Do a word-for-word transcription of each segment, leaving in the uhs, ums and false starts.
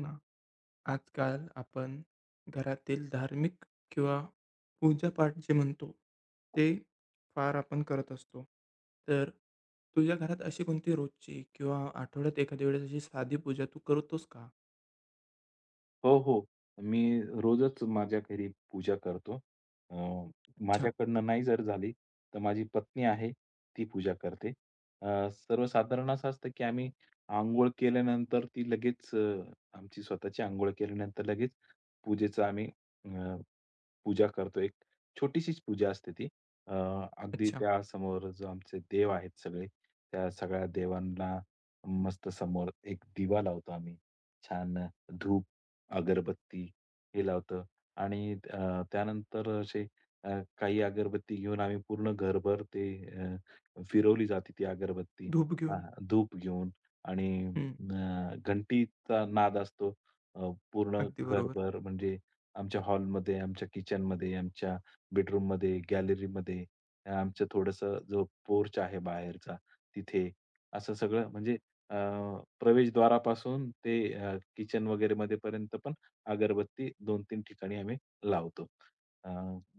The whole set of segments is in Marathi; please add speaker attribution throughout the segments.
Speaker 1: ना आजकाल आपण घरातील धार्मिक किंवा पूजापाठ जे म्हणतो ते फार आपण करत असतो तर तुझ्या घरात अशी कोणती रोजची किंवा आठवड्यात एखाद्या वेळेस अशी साधी पूजा तू करतोस का?
Speaker 2: हो, हो. मी रोजच माझ्या घरी पूजा करतो. अ,
Speaker 1: अच्छा,
Speaker 2: माझ्याकडनं नाही जर झाली, तर माझी पत्नी आहे, ती पूजा करते. अ, सर्वसाधारण असं असतं, की आम्ही अंघोळ केल्यानंतर ती लगेच अ, आमची स्वतःची अंघोळ केल्यानंतर लगेच पूजेचं आम्ही पूजा करतो. एक छोटीशीच पूजा असते ती. अ, अगदी
Speaker 1: अच्छा.
Speaker 2: त्यासमोर जो आमचे देव आहेत सगळे, त्या सगळ्या देवांना मस्त समोर एक दिवा लावतो आम्ही. छान धूप, अगरबत्ती हे लावतो आणि अ, त्यानंतर असे अ, काही अगरबत्ती घेऊन आम्ही पूर्ण घरभर ते अ, फिरवली जाते ती अगरबत्ती.
Speaker 1: धूप
Speaker 2: अ,
Speaker 1: घेऊन?
Speaker 2: धूप घेऊन आणि
Speaker 1: हं.
Speaker 2: अ, घंटीचा नाद असतो. अ, पूर्ण
Speaker 1: अगदी बरोबर.
Speaker 2: घरभर म्हणजे आमच्या हॉलमध्ये, आमच्या किचनमध्ये, आमच्या बेडरूममध्ये, गॅलरीमध्ये, आमचं थोडंसं जो पोर्च आहे बाहेरचा, तिथे. असं सगळं म्हणजे अ, प्रवेशद्वारापासून ते अ, किचन वगैरेमध्ये पर्यंत पण अगरबत्ती दोन-तीन ठिकाणी आम्ही लावतो. अ,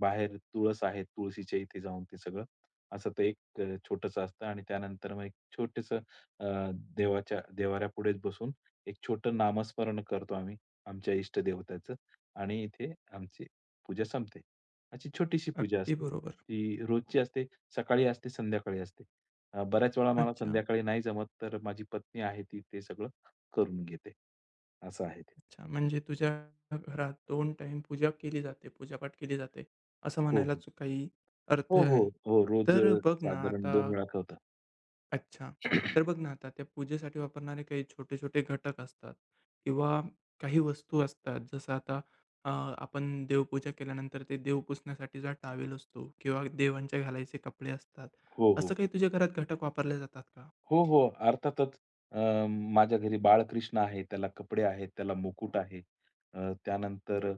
Speaker 2: बाहेर तुळस आहे, तुळशीच्या इथे जाऊन ते सगळं असं ते एक अ, छोटंसं असतं आणि त्यानंतर मग एक छोटंसं अ, देवाच्या देव्हाऱ्यापुढेच बसून एक छोटं नामस्मरण करतो आम्ही आमच्या इष्ट देवतेचं. आणि इथे आमची पूजा संपते. अशी छोटीशी पूजा
Speaker 1: अगदी
Speaker 2: असते.
Speaker 1: बरोबर.
Speaker 2: ती रोजची असते. सकाळी असते, संध्याकाळी असते. अ, बऱ्याच वेळा मला
Speaker 1: अच्छा,
Speaker 2: संध्याकाळी नाही जमत, तर माझी पत्नी आहे ती ते सगळं करून घेते. असं आहे ते.
Speaker 1: अच्छा. म्हणजे तुझ्या घरात दोन टाईम पूजा केली जाते, पूजापाठ केली जाते, असं
Speaker 2: हो, हो.
Speaker 1: म्हणायलाच काही अर्थ
Speaker 2: हो, हो.
Speaker 1: नाही.
Speaker 2: हो, रोज अ,
Speaker 1: तर बघ ना
Speaker 2: साधारण
Speaker 1: आता
Speaker 2: दोन वेळा होतं.
Speaker 1: अच्छा. तर बघ ना, आता त्या पूजेसाठी वापरणारे काही छोटे-छोटे घटक असतात किंवा काही वस्तू असतात. जसं आता अ, आपण देवपूजा केल्यानंतर ते देव पुसण्यासाठीचा टॉवेल असतो किंवा देवांच्या घालायचे कपडे असतात.
Speaker 2: हो, हो.
Speaker 1: असं काही तुझ्या घरात घटक वापरले जातात का?
Speaker 2: हो, हो. अर्थातच अ, माझ्या घरी बाळकृष्ण आहे, त्याला कपडे आहेत, त्याला मुकुट आहे. अ, त्यानंतर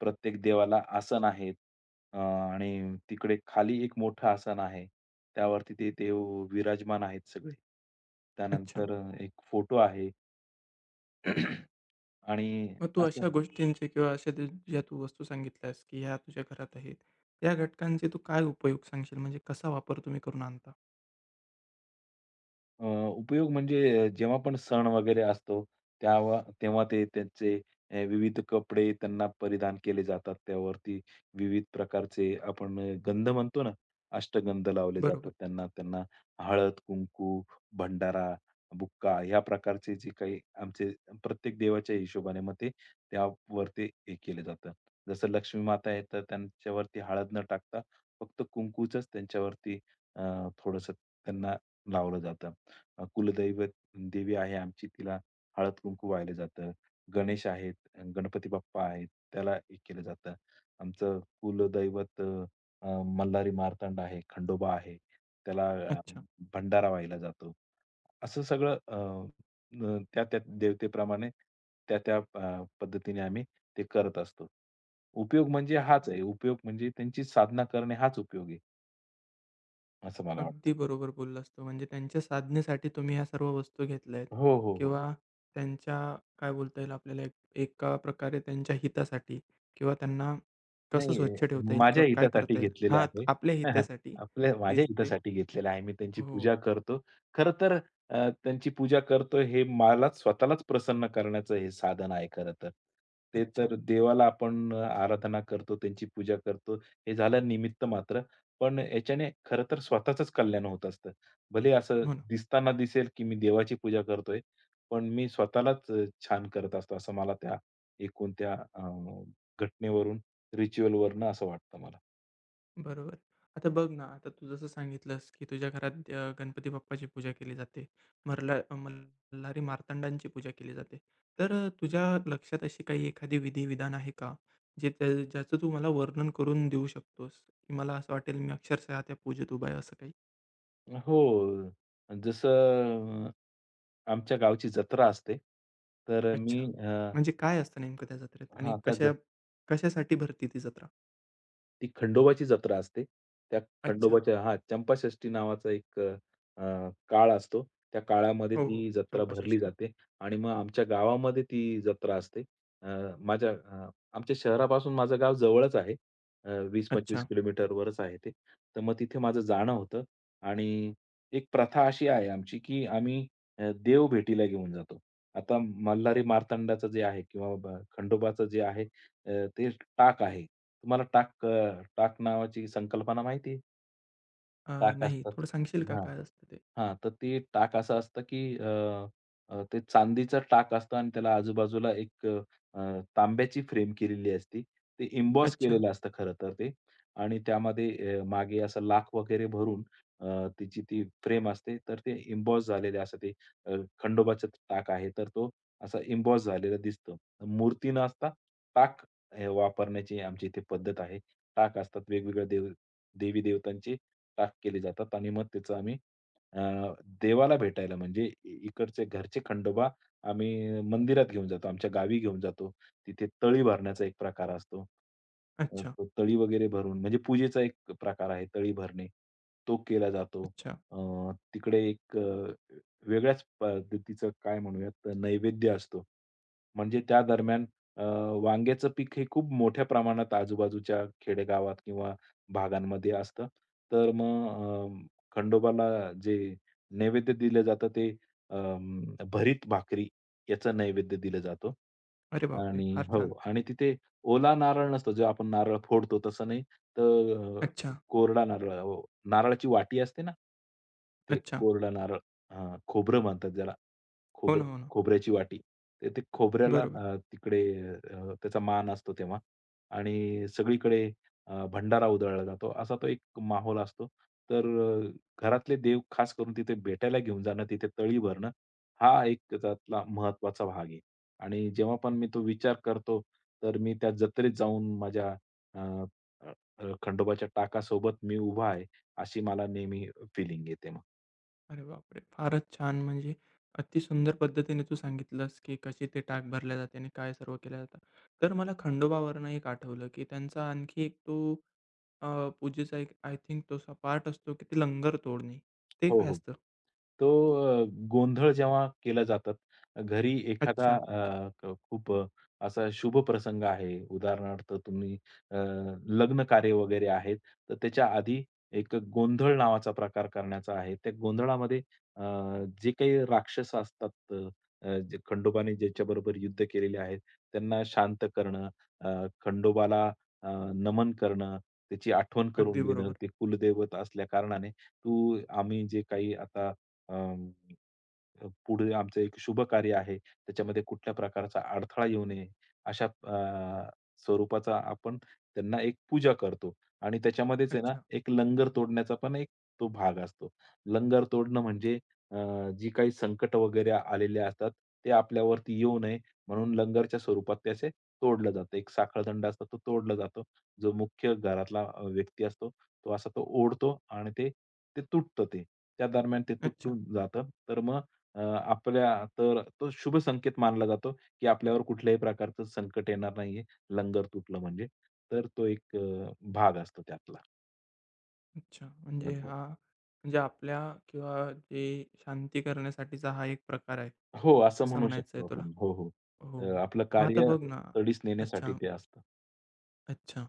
Speaker 2: प्रत्येक देवाला आसन आहेत. अ, आणि तिकडे खाली एक मोठं आसन आहे. त्यावरती ते देव विराजमान आहेत सगळे.
Speaker 1: अच्छा.
Speaker 2: त्यानंतर एक फोटो आहे आणि
Speaker 1: मग तू अशा
Speaker 2: असं
Speaker 1: गोष्टींचे किंवा अशा ज ज्या तू वस्तू सांगितल्यास, की ह्या तुझ्या घरात आहेत. त्या घटकांचे तू काय उपयोग सांगशील? म्हणजे कसा वापर तुम्ही करून आणता?
Speaker 2: अ, उपयोग म्हणजे जेव्हा पण सण वगैरे असतो, त्यावा तेव्हा ते त्यांचे अ, विविध कपडे त्यांना परिधान केले जातात. त्यावरती विविध प्रकारचे आपण अ, गंध म्हणतो ना, अष्टगंध लावले जातात
Speaker 1: बरोबर.
Speaker 2: त्यांना. त्यांना हळद, कुंकू, भंडारा, बुक्का या प्रकारचे जे काही आमचे प्रत्येक देवाच्या हिशोबाने मग ते त्यावरती हे केलं जातं. जसं लक्ष्मी माता आहे, तर त्यांच्यावरती हळद न टाकता फक्त कुंकूचच त्यांच्यावरती अ, त्यांना लावलं जातं. अ, कुलदैवत देवी आहे आमची, तिला हळद-कुंकू वाहिलं जातं. गणेश आहेत, गणपती बाप्पा आहेत, त्याला हे केलं जातं. आमचं कुलदैवत अ, मल्हारी मार्तंड आहे, खंडोबा आहे, त्याला अ,
Speaker 1: अच्छा.
Speaker 2: भंडारा वाहिला जातो. असं सगळं अ, अ, त्या-त्या देवतेप्रमाणे त्या-त्या अ, पद्धतीने आम्ही ते करत असतो. उपयोग म्हणजे हाच आहे, उपयोग म्हणजे त्यांची साधना करणे हाच उपयोग आहे, असं मला वाटतं.
Speaker 1: अगदी बरोबर बोललास तू. म्हणजे त्यांच्या साधनेसाठी तुम्ही ह्या सर्व वस्तू घेतल्या आहेत
Speaker 2: हो, हो, हो.
Speaker 1: किंवा त्यांच्या काय बोलता येईल आपल्याला एक एका प्रकारे त्यांच्या हितासाठी किंवा त्यांना कसं
Speaker 2: नाही,
Speaker 1: स्वच्छ ठेवता येईल
Speaker 2: माझ्या
Speaker 1: किंवा काय
Speaker 2: हितासाठी
Speaker 1: करता येईल?
Speaker 2: घेतलेलं
Speaker 1: हां,
Speaker 2: आहे.
Speaker 1: आपल्या
Speaker 2: हां, हां.
Speaker 1: हितासाठी.
Speaker 2: आपल्या माझ्या
Speaker 1: तेच ते.
Speaker 2: हितासाठी घेतलेलं आहे. मी त्यांची
Speaker 1: हो.
Speaker 2: पूजा करतो. खरं तर अ, त्यांची पूजा करतो हे मलाच स्वतःलाच प्रसन्न करण्याचं हे साधन आहे खरं तर. ते
Speaker 1: अच्छा.
Speaker 2: तर देवाला आपण आराधना करतो, त्यांची पूजा करतो, हे झालं निमित्त मात्र. पण याच्याने खरं तर स्वतःचंच कल्याण होत असतं. भले असं
Speaker 1: हो ना.
Speaker 2: दिसताना दिसेल, की मी देवाची पूजा करतोय, पण मी स्वतःलाच छान करत असतो, असं मला त्या एकूण त्या घटनेवरून, रिच्युअलवरनं असं वाटतं मला.
Speaker 1: बरोबर. आता बघ ना, आता तू जसं सांगितलंस, की तुझ्या घरात अ, गणपती बाप्पाची पूजा केली जाते. मल्हार मल्हारी मार्तंडांची पूजा केली जाते. तर अ, तुझ्या लक्षात अशी काही एखादी विधी-विधान आहे का? जे त्या ज्याचं तू मला वर्णन करून देऊ शकतोस, की मला असं वाटेल मी अक्षरशः त्या पूजेत उभा आहे असं काही?
Speaker 2: हो. जसं अ, आमच्या गावची जत्रा असते. तर
Speaker 1: अच्छा.
Speaker 2: मी अ,
Speaker 1: म्हणजे काय असतं नेमकं त्या जत्रेत आणि
Speaker 2: हां, त्या
Speaker 1: कशा
Speaker 2: जत्रेत
Speaker 1: कशासाठी भरते ती जत्रा?
Speaker 2: ती खंडोबाची जत्रा असते. त्या
Speaker 1: अच्छा.
Speaker 2: खंडोबाच्या हां, चंपाषष्ठी नावाचा एक अ, अ, काळ असतो. त्या काळामध्ये
Speaker 1: हो, हो.
Speaker 2: ती जत्रा भरली
Speaker 1: चंपाषष्ठी.
Speaker 2: जाते आणि मग आमच्या गावामध्ये ती जत्रा असते. अ, माझ्या अ, आमच्या शहरापासून माझं गाव जवळच आहे. अ, वीस-पंचवीस
Speaker 1: अच्छा.
Speaker 2: किलोमीटरवरच आहे ते. तर मग तिथे माझं जाणं होतं आणि एक प्रथा अशी आहे आमची, की आम्ही अ, देव भेटीला घेऊन जातो. आता मल्हारी मार्तंडाचं जे आहे किंवा ब खंडोबाचं जे आहे अ, ते टाक आहे. तुम्हाला टाक अ, टाक नावाची संकल्पना माहिती आहे?
Speaker 1: अ,
Speaker 2: टाक
Speaker 1: नाही.
Speaker 2: असतात.
Speaker 1: थोडं सांगशील का काय असतं ते?
Speaker 2: हां, तर ते टाक असं असतं, की अ, अ, ते चांदीचं टाक असतं आणि त्याला आजूबाजूला एक अ, तांब्याची फ्रेम केलेली असते. ते एम्बॉस
Speaker 1: अच्छा,
Speaker 2: केलेलं असतं खरं तर ते आणि त्यामध्ये अ, मागे असं लाख वगैरे भरून अ, तिची ती फ्रेम असते. तर ते एम्बॉस झालेले असं ते अ, खंडोबाचं टाक आहे, तर तो असा एम्बॉस झालेला दिसतो. मूर्ती न असता टाक अ, वापरण्याची आमच्या इथे पद्धत आहे. टाक असतात वेगवेगळ्या देव देवी-देवतांचे टाक केले जातात आणि मग त्याचं आम्ही अ, देवाला भेटायला म्हणजे इ इकडचे घरचे खंडोबा आम्ही मंदिरात घेऊन जातो. आमच्या गावी घेऊन जातो. तिथे तळी भरण्याचा एक प्रकार असतो. अ,
Speaker 1: अच्छा,
Speaker 2: तो तळी वगैरे भरून म्हणजे पूजेचा एक प्रकार आहे तळी भरणे. तो केला जातो.
Speaker 1: अच्छा.
Speaker 2: अ, तिकडे एक अ, वेगळ्याच पद्धतीचं काय म्हणूयात नैवेद्य असतो. म्हणजे त्या दरम्यान अ, वांग्याचं पीक हे खूप मोठ्या प्रमाणात आजूबाजूच्या खेडेगावात किंवा भागांमध्ये असतं. तर मग खंडोबाला जे नैवेद्य दिलं जातं ते अं, भरीत भाकरी याचं नैवेद्य दिलं जातो.
Speaker 1: अरे बापरे!
Speaker 2: आणि
Speaker 1: फार
Speaker 2: हो
Speaker 1: छान.
Speaker 2: आणि तिथे ओला नारळ नसतो, जो आपण नारळ फोडतो तसं नाही, तर अ,
Speaker 1: अच्छा,
Speaker 2: कोरडा नारळ हो, नारळाची वाटी असते ना, ते
Speaker 1: अच्छा.
Speaker 2: कोरडा नारळ हां, खोबरं म्हणतात ज्याला.
Speaker 1: हो ना,
Speaker 2: खोबरं
Speaker 1: हो ना.
Speaker 2: खोबऱ्याची वाटी. तर ते खोबऱ्याला
Speaker 1: बरोबर.
Speaker 2: अ, तिकडे अ, त्याचा मान असतो तेव्हा आणि सगळीकडे अ, भंडारा उधळला जातो. असा तो एक माहोल असतो. तर अ, घरातले देव खास करून तिथे भेटायला घेऊन जाणं, तिथे तळी भरणं, हा एक त्यातला महत्वाचा भाग आहे. आणि जेव्हा पण मी तो विचार करतो, तर मी त्या जत्रेत जाऊन माझ्या अ, अ, अ, खंडोबाच्या टाकासोबत मी उभा आहे, अशी मला नेहमी फीलिंग येते मग.
Speaker 1: अरे बापरे! फारच छान. म्हणजे अति सुंदर पद्धतीने तू सांगितलंस, की कशी ते टाक भरल्या जाते आणि काय सर्व केलं जातं. तर मला खंडोबावरनं एक आठवलं, की त्यांचा आणखी एक तो अ, पूजेचा एक आय थिंक तसा पार्ट असतो, की ते लंगर तोडणे. ते
Speaker 2: हो,
Speaker 1: काय
Speaker 2: हो.
Speaker 1: असतं?
Speaker 2: तो अ, गोंधळ जेव्हा केला जातात, घरी एखादा
Speaker 1: अच्छा.
Speaker 2: अ, क खूप अ, असा शुभ प्रसंग आहे. उदाहरणार्थ तुम्ही अ, लग्न कार्य वगैरे आहेत, तर त्याच्या आधी एक गोंधळ नावाचा प्रकार करण्याचा आहे. त्या गोंधळामध्ये अ, जे काही राक्षस असतात, अ, जे खंडोबाने ज्याच्याबरोबर युद्ध केलेले आहेत, त्यांना शांत करणं, अ, खंडोबाला अ, नमन करणं, त्याची आठवण करून
Speaker 1: अगदी
Speaker 2: देणं.
Speaker 1: बरोबर.
Speaker 2: ते कुलदैवत असल्या कारणाने, तू आम्ही जे काही आता Um, अ, पुढे आमचं एक शुभ कार्य आहे, त्याच्यामध्ये कुठल्या प्रकारचा अडथळा येऊ नये, अशा अ, स्वरूपाचा आपण त्यांना एक पूजा करतो आणि त्याच्यामध्येच आहे ना,
Speaker 1: अच्छा,
Speaker 2: एक लंगर तोडण्याचा पण एक तो भाग असतो. लंगर तोडणं म्हणजे अ, जी काही संकटं वगैरे आलेले असतात, ते आपल्यावरती येऊ नये म्हणून लंगरच्या स्वरूपात ते तोडलं जातं. एक साखळदंडा असतो, तो तोडला जातो. जो मुख्य घरातला अ, व्यक्ती असतो, तो असा तो ओढतो आणि ते ते तुटतं ते. त्या दरम्यान ते
Speaker 1: अच्छा,
Speaker 2: तुटून जातं. तर मग अ, आपल्या तर तो शुभ संकेत मानला जातो, की आपल्यावर कुठल्याही प्रकारचं संकट येणार नाहीये, लंगर तुटलं म्हणजे. तर तो एक अ, भाग असतो त्यातला.
Speaker 1: अच्छा. म्हणजे
Speaker 2: लंगर.
Speaker 1: हा म्हणजे आपल्या किंवा ते शांती करण्यासाठीचा हा एक प्रकार आहे,
Speaker 2: हो, असं
Speaker 1: असं
Speaker 2: म्हणू
Speaker 1: म्हणायचं
Speaker 2: शकतो
Speaker 1: आहे तुला.
Speaker 2: आपण. हो, हो. अ,
Speaker 1: हो.
Speaker 2: आपलं
Speaker 1: मग आता
Speaker 2: कार्य
Speaker 1: बघ ना
Speaker 2: तडीस नेण्यासाठी
Speaker 1: अच्छा,
Speaker 2: ते असतं.
Speaker 1: अच्छा.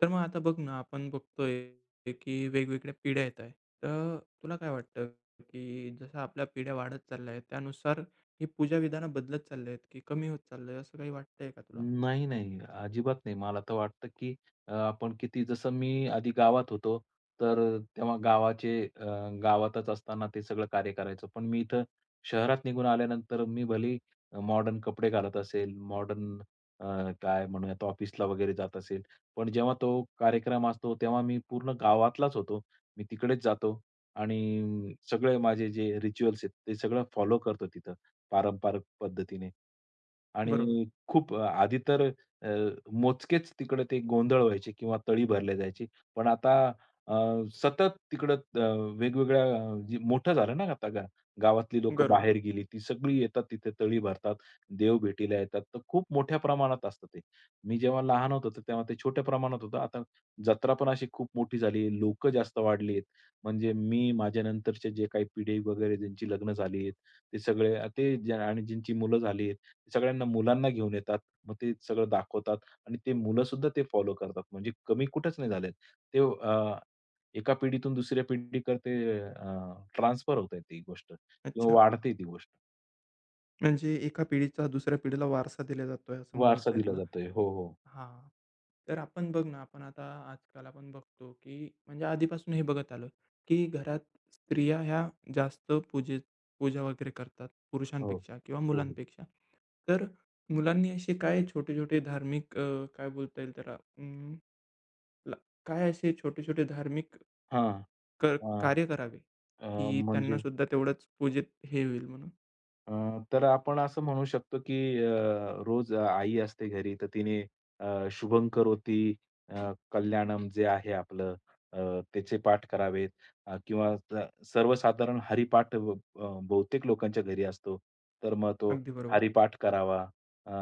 Speaker 1: तर मग आता बघ ना, आपण बघतोय की वेगवेगळ्या पिढ्या येत आहेत. तर तुला काय वाटतं, की जसं आपल्या पिढ्या वाढत चालल्या आहेत, त्यानुसार ही पूजा विधानं बदलत चालली आहेत, की कमी होत चाललंय असं काही वाटतंय का तुला?
Speaker 2: नाही, नाही. अजिबात नाही. मला तर वाटतं, की अ, आपण किती जसं मी आधी गावात होतो, तर अ, तेव्हा गावाचे अ, गावातच असताना ते सगळं कार्य करायचो. पण मी इथं शहरात निघून आल्यानंतर मी भलेही मॉडर्न कपडे घालत असेल, मॉडर्न काय म्हणूयात ऑफिसला वगैरे जात असेल. पण जेव्हा तो कार्यक्रम असतो, तेव्हा मी पूर्ण गावातलाच होतो. मी तिकडेच जातो आणि सगळे माझे जे रिच्युअल्स आहेत, ते सगळं फॉलो करतो तिथं. पारंपरिक पद्धतीने.
Speaker 1: बरोबर,
Speaker 2: आणि खूप अ, आधी तर अ, मोजकेच तिकडे ते गोंधळ व्हायचे किंवा तळी भरल्या जायची. पण आता अ, सतत तिकडं अ, वेगवेगळ्या अ, जी मोठं झालं ना आता गा गावातली लोकं
Speaker 1: बरोबर.
Speaker 2: बाहेर गेली. ती सगळी येतात तिथे तळी भरतात, देवभेटीला येतात. तर खूप मोठ्या प्रमाणात असतं ते. मी जेव्हा लहान होतो तर तेव्हा ते छोट्या प्रमाणात होतं. आता जत्रा पण अशी खूप मोठी झाली. लोकं जास्त वाढलीत. म्हणजे मी माझ्यानंतरचे जे काही पिढी वगैरे ज्यांची लग्न झालीत, ते सगळे अ, ते ज्या आणि ज्यांची मुलं झाली आहेत, ते सगळ्यांना मुलांना घेऊन येतात. मग ते सगळं दाखवतात आणि ते मुलं सुद्धा ते फॉलो करतात. म्हणजे कमी कुठेच नाही झालेत. ते अ, एका पिढीतून दुसऱ्या पिढीकडे ते अ, ट्रान्सफर होतंय ती गोष्ट किंवा
Speaker 1: अच्छा.
Speaker 2: वाढते ती गोष्ट.
Speaker 1: म्हणजे एका पिढीचा दुसऱ्या पिढीला वारसा दिला जातोय असं
Speaker 2: वारसा
Speaker 1: म्हणायचंय
Speaker 2: दिला
Speaker 1: तुला?
Speaker 2: जातोय. हो, हो.
Speaker 1: हां. तर आपण बघ ना, आपण आता आजकाल आपण बघतो, की म्हणजे आधीपासून हे बघत आलो, की घरात स्त्रिया ह्या जास्त पूजे पूजा वगैरे करतात
Speaker 2: हो.
Speaker 1: पुरुषांपेक्षा किंवा
Speaker 2: हो, हो.
Speaker 1: मुलांपेक्षा. तर मुलांनी असे काय छोटे-छोटे धार्मिक अ, काय बोलता येईल त्याला अं, ला काय असे छोटे-छोटे धार्मिक
Speaker 2: हां.
Speaker 1: क
Speaker 2: अ,
Speaker 1: कार्य करावे,
Speaker 2: अ,
Speaker 1: की
Speaker 2: म्हणजे
Speaker 1: त्यांनासुद्धा तेवढंच पूजेत हे होईल म्हणून.
Speaker 2: अ, तर आपण असं म्हणू शकतो, की अ, रोज आई असते घरी, तर तिने अ, शुभं करोती अ, कल्याणम जे आहे आपलं अ, त्याचे पाठ करावेत अ, किंवा स सर्वसाधारण हरिपाठ ब अ, बहुतेक लोकांच्या घरी असतो. तर मग तो
Speaker 1: अगदी बरोबर.
Speaker 2: हरिपाठ करावा. अ,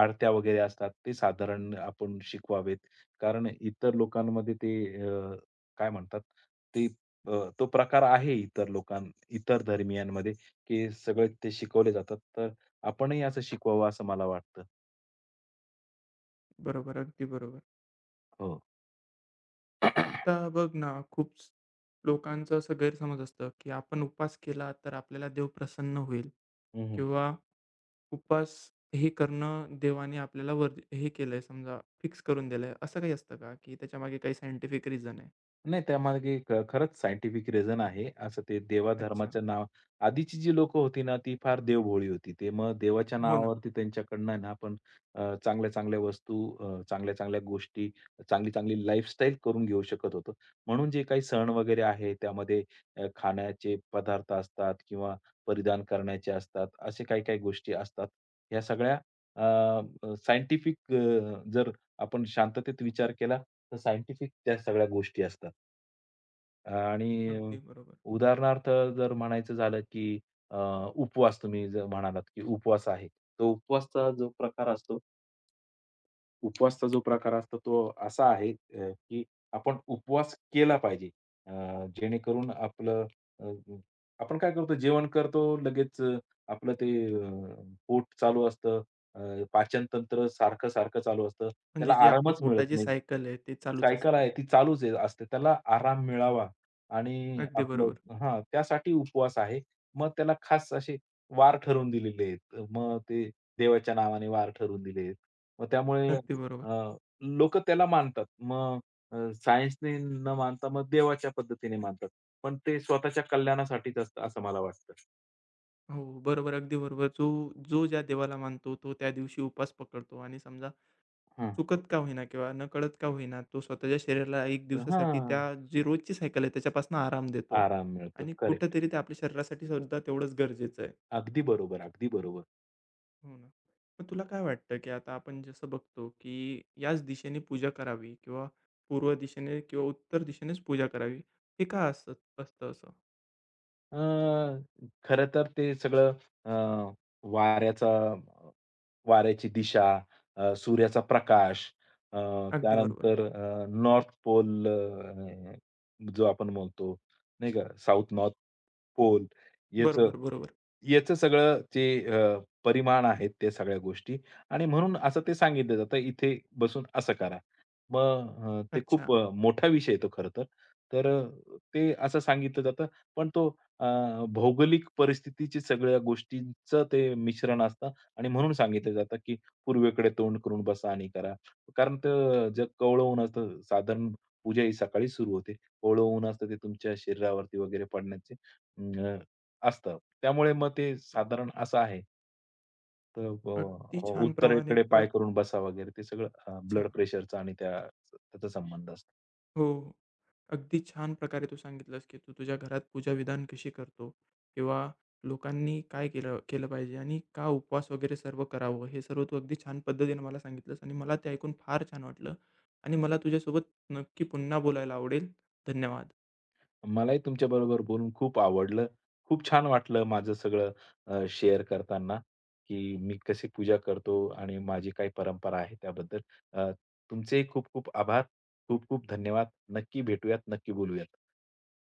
Speaker 2: आरत्या वगैरे असतात, ते साधारण आपण शिकवावेत. कारण इतर लोकांमध्ये ते अ, काय म्हणतात, ते अ, तो प्रकार आहे इतर लोकां इतर धर्मियांमध्ये. की सगळे ते शिकवले जातात. तर आपणही असं शिकवावं असं मला वाटतं.
Speaker 1: बरोबर, अगदी बरोबर.
Speaker 2: हो.
Speaker 1: आता बघ ना, खूप स- लोकांचा असा गैरसमज असतं की आपण उपवास केला तर आपल्याला देव प्रसन्न होईल
Speaker 2: हं,
Speaker 1: किंवा उपवास हे करणं देवाने आपल्याला वर हे केलंय समजा फिक्स करून दिलंय असं काही असतं का की त्याच्यामागे काही सायंटिफिक रिझन आहे?
Speaker 2: नाही, त्यामागे ख खरंच सायंटिफिक रिझन आहे. असं ते
Speaker 1: अच्छा.
Speaker 2: देवाधर्माच्या नाव आधीची जी लोकं होती ना, ती फार देवभोळी होती. ते मग देवाच्या
Speaker 1: हो ना.
Speaker 2: नावावरती त्यांच्याकडनं आहे ना, आपण अ, चांगल्या-चांगल्या वस्तू, अ, चांगल्या-चांगल्या गोष्टी, चांगली-चांगली लाईफस्टाईल करून घेऊ शकत होतो. म्हणून जे काही सण वगैरे आहे, त्यामध्ये अ, खाण्याचे पदार्थ असतात किंवा परिधान करण्याचे असतात. असे काही-काही गोष्टी असतात. ह्या सगळ्या सायंटिफिक जर आपण शांततेत विचार केला, तर सायंटिफिक त्या सगळ्या गोष्टी असतात. आणि अ,
Speaker 1: अगदी बरोबर.
Speaker 2: उदाहरणार्थ जर म्हणायचं झालं, की अ, उपवास तुम्ही जर म्हणालात, की उपवास आहे. तो उपवासचा जो प्रकार असतो उपवासचा जो प्रकार असतो तो असा आहे अ, की आपण उपवास केला पाहिजे. अ, जेणेकरून आपलं अ, आपण काय करतो जेवण करतो लगेच अ, आपलं ते अ, पोट चालू असतं. अ, पाचनतंत्र सारखं-सारखं चालू असतं. त्याला
Speaker 1: म्हणजे जी आपली
Speaker 2: आरामच मिळत
Speaker 1: पोटाची
Speaker 2: नाही.
Speaker 1: सायकल आहे ते चालूच
Speaker 2: सायकल
Speaker 1: असते.
Speaker 2: आहे ती चालूच आहे असते. त्याला आराम मिळावा आणि
Speaker 1: अगदी बरोबर.
Speaker 2: आपलं हां, त्यासाठी उपवास आहे. मग त्याला खास असे वार ठरवून दिलेले आहेत. मग ते देवाच्या नावाने वार ठरवून दिले आहेत. मग त्यामुळे
Speaker 1: अगदी बरोबर.
Speaker 2: अ, लोकं त्याला मानतात. मग अ, सायन्सनी न मानता मग देवाच्या पद्धतीने मानतात. पण ते स्वतःच्या कल्याणासाठीच असतं असं मला वाटतं.
Speaker 1: हो, बरोबर. अगदी बरोबर. जो जो ज्या देवाला मानतो तो त्या दिवशी उपवास पकडतो आणि समजा
Speaker 2: हं.
Speaker 1: चुकत का होईना किंवा नकळत का होईना, तो स्वतःच्या शरीराला एक दिवसासाठी
Speaker 2: हां,
Speaker 1: त्या जी रोजची सायकल आहे त्याच्यापासून आराम देतो.
Speaker 2: आराम मिळतो.
Speaker 1: आणि
Speaker 2: करेक्ट.
Speaker 1: कुठेतरी ते आपल्या शरीरासाठी सुद्धा तेवढंच गरजेचं आहे.
Speaker 2: अगदी बरोबर, अगदी बरोबर.
Speaker 1: हो ना. मग तुला काय वाटतं, की आता आपण जसं बघतो, की याच दिशेने पूजा करावी किंवा पूर्व दिशेने किंवा उत्तर दिशेनेच पूजा करावी. हे का असं असतं असं?
Speaker 2: अ, खरं तर ते सगळं अ, वाऱ्याचा वाऱ्याची दिशा, अ, सूर्याचा प्रकाश, अ,
Speaker 1: अगदी बरोबर.
Speaker 2: त्यानंतर अ, नॉर्थ पोल अ, जो आपण म्हणतो, नाही का, साउथ नॉर्थ पोल याचं
Speaker 1: बरोबर, बरोबर.
Speaker 2: याचं सगळं जे अ, परिमाण आहेत त्या सगळ्या गोष्टी आणि म्हणून असं ते सांगितलं जातं, "इथे बसून असं करा." मग अ, ते खूप
Speaker 1: अच्छा.
Speaker 2: अ, मोठा विषय तो खरं तर. तर अ, ते असं सांगितलं जातं. पण तो अ, भौगोलिक परिस्थितीची सगळ्या गोष्टींचं ते मिश्रण असतं आणि म्हणून सांगितलं जातं, की पूर्वेकडे तोंड करून बसा आणि करा. कारण तर जग कोवळं ऊन असतं. साधारण पूजा ही सकाळी सुरू होते. कोवळं ऊन असतं ते तुमच्या शरीरावरती वगैरे पडण्याचे असतं. त्यामुळे मग ते
Speaker 1: बरोबर.
Speaker 2: साधारण असं आहे. तर
Speaker 1: अगदी
Speaker 2: अ,
Speaker 1: छान प्रमाणे
Speaker 2: उत्तरेकडे
Speaker 1: प्र
Speaker 2: पाय
Speaker 1: अच्छा.
Speaker 2: करून बसा वगैरे ते सगळं अ, ब्लड प्रेशरचा आणि त्या त्याचा संबंध असतो.
Speaker 1: हो. हो. अगदी छान प्रकारे तू सांगितलंस, की तू तुझ्या घरात पूजाविधान कशी करतो किंवा लोकांनी काय केलं केलं पाहिजे आणि का उपवास वगैरे सर्व करावं, हे सर्व तू अगदी छान पद्धतीने मला सांगितलंस आणि मला ते ऐकून फार छान वाटलं आणि मला तुझ्यासोबत नक्की पुन्हा बोलायला आवडेल. धन्यवाद.
Speaker 2: मलाही तुमच्याबरोबर बोलून खूप आवडलं. खूप छान वाटलं माझं सगळं अ, शेअर करताना, की मी कशी पूजा करतो आणि माझी काय परंपरा आहे त्याबद्दल. अ, तुमचेही खूप खूप आभार. खूप खूप धन्यवाद. नक्की भेटूयात, नक्की बोलूयात.